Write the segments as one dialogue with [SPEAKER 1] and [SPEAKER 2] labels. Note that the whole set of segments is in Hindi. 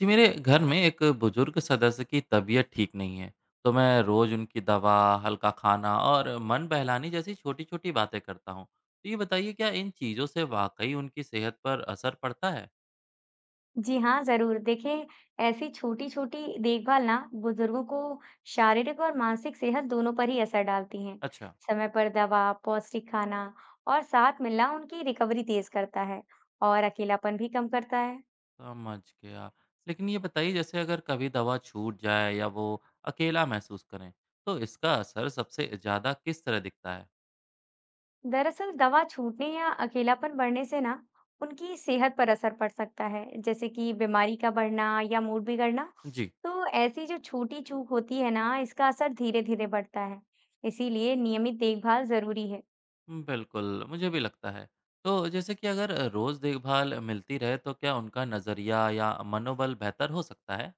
[SPEAKER 1] जी, मेरे घर में एक बुजुर्ग सदस्य की तबीयत ठीक नहीं है। तो मैं रोज उनकी दवा, हल्का खाना और मन बहलाने जैसी छोटी छोटी बातें करता हूँ। तो ये बताइए, क्या इन चीज़ों से वाकई उनकी सेहत पर असर पड़ता है?
[SPEAKER 2] जी हाँ, ज़रूर। देखिए, ऐसी छोटी-छोटी देखभाल ना बुजुर्गों को शारीरिक और मानसिक सेहत दोनों पर ही असर डालती हैं।
[SPEAKER 1] अच्छा।
[SPEAKER 2] समय पर दवा, पौष्टिक खाना और साथ मिलना उनकी रिकवरी तेज़ करता है और अकेलापन भी कम करता है।
[SPEAKER 1] समझ गया। लेकिन ये बताइए, जैसे अगर कभी दवा छूट जाए या वो अकेला महसूस करें, तो इसका असर सबसे ज़्यादा किस तरह दिखता है?
[SPEAKER 2] दरअसल, दवा छूटने या अकेलापन बढ़ने से ना उनकी सेहत पर असर पड़ सकता है, जैसे कि बीमारी का बढ़ना या मूड बिगड़ना।
[SPEAKER 1] जी।
[SPEAKER 2] तो ऐसी जो छोटी चूक होती है ना, इसका असर धीरे-धीरे बढ़ता है। इसीलिए नियमित देखभाल ज़रूरी है।
[SPEAKER 1] बिल्कुल, मुझे भी लगता है। तो जैसे कि अगर रोज़ देखभाल मिलती रहे, तो क्या उनका नज़रिया या मनोबल बेहतर हो सकता है?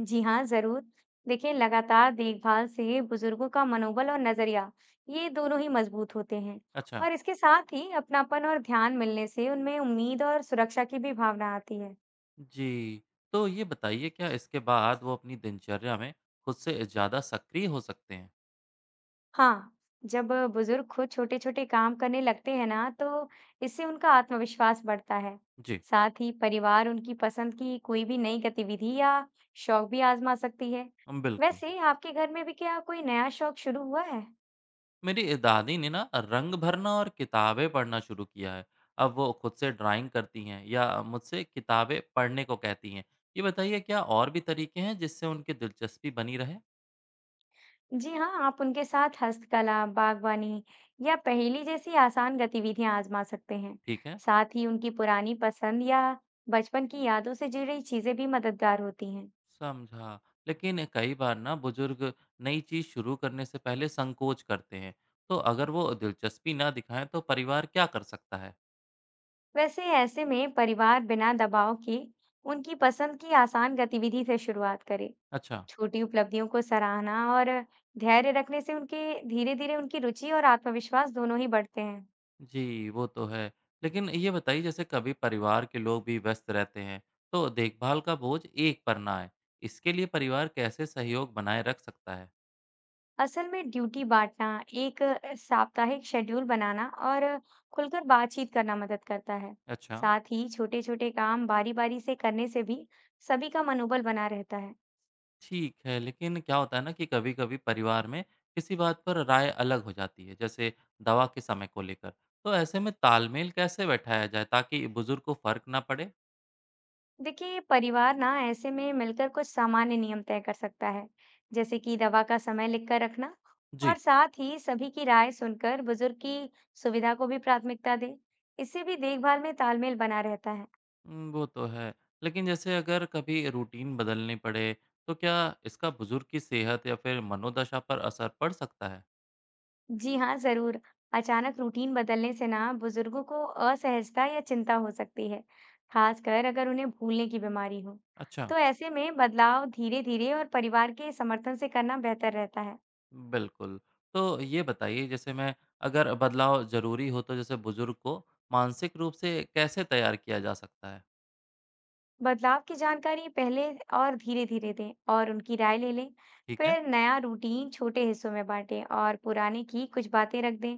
[SPEAKER 2] जी हाँ, जरूर। देखिए, लगातार देखभाल से बुजुर्गों का मनोबल और नजरिया, ये दोनों ही मजबूत होते हैं।
[SPEAKER 1] अच्छा।
[SPEAKER 2] और इसके साथ ही अपनापन और ध्यान मिलने से उनमें उम्मीद और सुरक्षा की भी भावना आती है।
[SPEAKER 1] जी, तो ये बताइए, क्या इसके बाद वो अपनी दिनचर्या में खुद से ज़्यादा सक्रिय हो सकते हैं?
[SPEAKER 2] हाँ, जब बुजुर्ग खुद छोटे-छोटे काम करने लगते हैं ना, तो इससे उनका आत्मविश्वास बढ़ता है।
[SPEAKER 1] जी,
[SPEAKER 2] साथ ही परिवार उनकी पसंद की कोई भी नई गतिविधि या शौक भी आजमा सकती है।
[SPEAKER 1] हम बिल्कुल।
[SPEAKER 2] वैसे आपके घर में भी क्या कोई नया शौक शुरू हुआ है?
[SPEAKER 1] मेरी दादी ने ना रंग भरना और किताबें पढ़ना शुरू किया है। अब वो खुद से ड्राइंग करती हैं या मुझसे किताबें पढ़ने को कहती हैं। ये बताइए, क्या और भी तरीके हैं जिससे उनकी दिलचस्पी बनी रहे?
[SPEAKER 2] जी हाँ, आप उनके साथ हस्तकला, बागवानी या पहेली जैसी आसान गतिविधियां आजमा सकते हैं।
[SPEAKER 1] ठीक है।
[SPEAKER 2] साथ ही उनकी पुरानी पसंद या बचपन की यादों से जुड़ी चीजें भी मददगार होती हैं।
[SPEAKER 1] समझा। लेकिन कई बार ना बुजुर्ग नई चीज शुरू करने से पहले संकोच करते हैं। तो अगर वो दिलचस्पी ना दिखाएं, तो परिवार क्या कर सकता है?
[SPEAKER 2] वैसे ऐसे में परिवार बिना दबाव के उनकी पसंद की आसान गतिविधि से शुरुआत करे।
[SPEAKER 1] अच्छा।
[SPEAKER 2] छोटी उपलब्धियों को सराहना और धैर्य रखने से उनके धीरे-धीरे उनकी रुचि और आत्मविश्वास दोनों ही बढ़ते हैं।
[SPEAKER 1] जी, वो तो है। लेकिन ये बताइए, जैसे कभी परिवार के लोग भी व्यस्त रहते हैं, तो देखभाल का बोझ एक पर ना आए, इसके लिए परिवार कैसे सहयोग बनाए रख सकता है?
[SPEAKER 2] असल में ड्यूटी बांटना, एक साप्ताहिक शेड्यूल बनाना और खुलकर बातचीत करना मदद करता है।
[SPEAKER 1] अच्छा।
[SPEAKER 2] साथ ही छोटे-छोटे काम बारी-बारी से करने से भी सभी का मनोबल बना रहता है।
[SPEAKER 1] ठीक है, लेकिन क्या होता है ना कि कभी-कभी परिवार में किसी बात पर राय अलग हो जाती है, जैसे दवा के समय को लेकर। तो ऐसे में तालमेल कैसे बैठाया जाए ताकि बुजुर्ग को फ़र्क ना पड़े?
[SPEAKER 2] देखिए, ये परिवार ना ऐसे में मिलकर कुछ सामान्य नियम तय कर सकता है, जैसे कि दवा का समय लिखकर रखना
[SPEAKER 1] जी।
[SPEAKER 2] और साथ ही सभी की राय सुनकर बुजुर्ग की सुविधा को भी प्राथमिकता दें। इससे भी देखभाल में तालमेल बना रहता है।
[SPEAKER 1] वो तो है, लेकिन जैसे अगर कभी रूटीन बदलनी पड़े, तो क्या इसका बुजुर्ग की सेहत या फिर मनोदशा पर असर पड़ सकता है?
[SPEAKER 2] जी हाँ, ज़रूर। अचानक रूटीन बदलने से ना बुजुर्गों को असहजता या चिंता हो सकती है, खासकर अगर उन्हें भूलने की बीमारी हो।
[SPEAKER 1] अच्छा।
[SPEAKER 2] तो ऐसे में बदलाव धीरे-धीरे और परिवार के समर्थन से करना बेहतर रहता है।
[SPEAKER 1] बिल्कुल। तो ये बताइए, जैसे मैं अगर बदलाव ज़रूरी हो तो जैसे बुजुर्ग को मानसिक रूप से कैसे तैयार किया जा सकता है?
[SPEAKER 2] बदलाव की जानकारी पहले और धीरे-धीरे दें और उनकी राय ले लें।
[SPEAKER 1] ठीक है।
[SPEAKER 2] फिर नया रूटीन छोटे हिस्सों में बांटें और पुराने की कुछ बातें रख दें।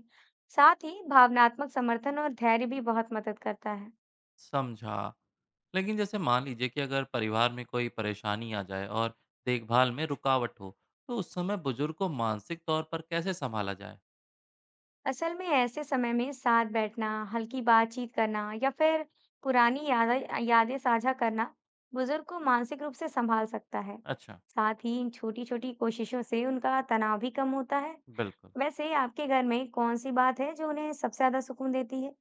[SPEAKER 2] साथ ही भावनात्मक समर्थन और धैर्य भी बहुत मदद करता है।
[SPEAKER 1] समझा। लेकिन जैसे मान लीजिए कि अगर परिवार में कोई परेशानी आ जाए और देखभाल में रुकावट हो, तो उस समय बुजुर्ग को मानसिक तौर पर कैसे संभाला जाए?
[SPEAKER 2] असल में ऐसे समय में साथ बैठना, हल्की बातचीत करना या फिर पुरानी यादें यादें साझा करना बुजुर्ग को मानसिक रूप से संभाल सकता है।
[SPEAKER 1] अच्छा।
[SPEAKER 2] साथ ही इन छोटी-छोटी कोशिशों से उनका तनाव भी कम होता है।
[SPEAKER 1] बिल्कुल।
[SPEAKER 2] वैसे आपके घर में कौन सी बात है जो उन्हें सबसे ज्यादा सुकून देती है?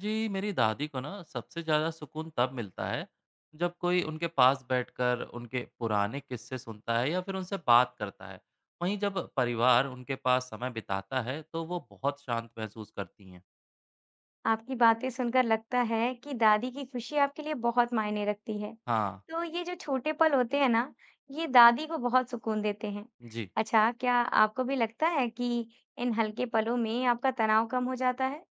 [SPEAKER 1] जी, मेरी दादी को ना सबसे ज़्यादा सुकून तब मिलता है, जब कोई उनके पास बैठकर उनके पुराने किस्से सुनता है या फिर उनसे बात करता है। वहीं जब परिवार उनके पास समय बिताता है, तो वो बहुत शांत महसूस करती हैं।
[SPEAKER 2] आपकी बातें सुनकर लगता है कि दादी की खुशी आपके लिए बहुत मायने रखती है।
[SPEAKER 1] हाँ,
[SPEAKER 2] तो ये जो छोटे पल होते हैं ना, ये दादी को बहुत सुकून देते हैं।
[SPEAKER 1] जी।
[SPEAKER 2] अच्छा, क्या आपको भी लगता है कि इन हल्के पलों में आपका तनाव कम हो जाता है?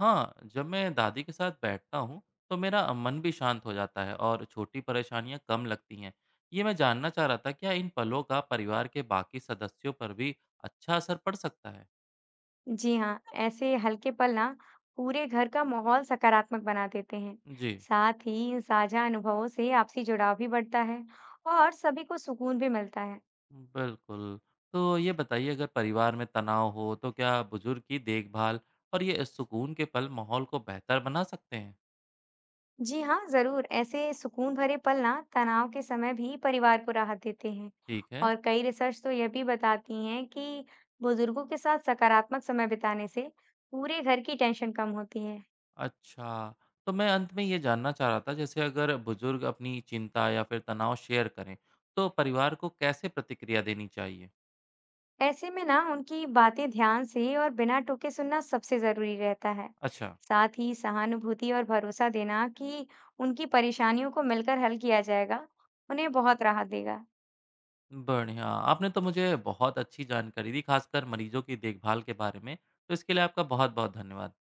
[SPEAKER 1] हाँ, जब मैं दादी के साथ बैठता हूँ तो मेरा मन भी शांत हो जाता है और छोटी परेशानियाँ कम लगती हैं। ये मैं जानना चाह रहा था, क्या इन पलों का परिवार के बाकी सदस्यों पर भी अच्छा असर पड़ सकता है?
[SPEAKER 2] जी हाँ, ऐसे हल्के पल ना पूरे घर का माहौल सकारात्मक बना देते हैं।
[SPEAKER 1] जी,
[SPEAKER 2] साथ ही इन साझा अनुभवों से आपसी जुड़ाव भी बढ़ता है और सभी को सुकून भी मिलता है।
[SPEAKER 1] बिल्कुल। तो ये बताइए, अगर परिवार में तनाव हो तो क्या बुजुर्ग की देखभाल और ये सुकून के पल माहौल को बेहतर बना सकते हैं?
[SPEAKER 2] जी हाँ, जरूर। ऐसे सुकून भरे पल ना तनाव के समय भी परिवार को राहत देते हैं
[SPEAKER 1] ठीक है।
[SPEAKER 2] और कई रिसर्च तो यह भी बताती हैं कि बुजुर्गों के साथ सकारात्मक समय बिताने से पूरे घर की टेंशन कम होती है।
[SPEAKER 1] अच्छा, तो मैं अंत में ये जानना चाह रहा था, जैसे अगर बुजुर्ग अपनी चिंता या फिर तनाव शेयर करें, तो परिवार को कैसे प्रतिक्रिया देनी चाहिए?
[SPEAKER 2] ऐसे में ना उनकी बातें ध्यान से और बिना टोके सुनना सबसे जरूरी रहता है।
[SPEAKER 1] अच्छा,
[SPEAKER 2] साथ ही सहानुभूति और भरोसा देना कि उनकी परेशानियों को मिलकर हल किया जाएगा, उन्हें बहुत राहत देगा।
[SPEAKER 1] बढ़िया। आपने तो मुझे बहुत अच्छी जानकारी दी, खासकर मरीजों की देखभाल के बारे में। तो इसके लिए आपका बहुत-बहुत धन्यवाद।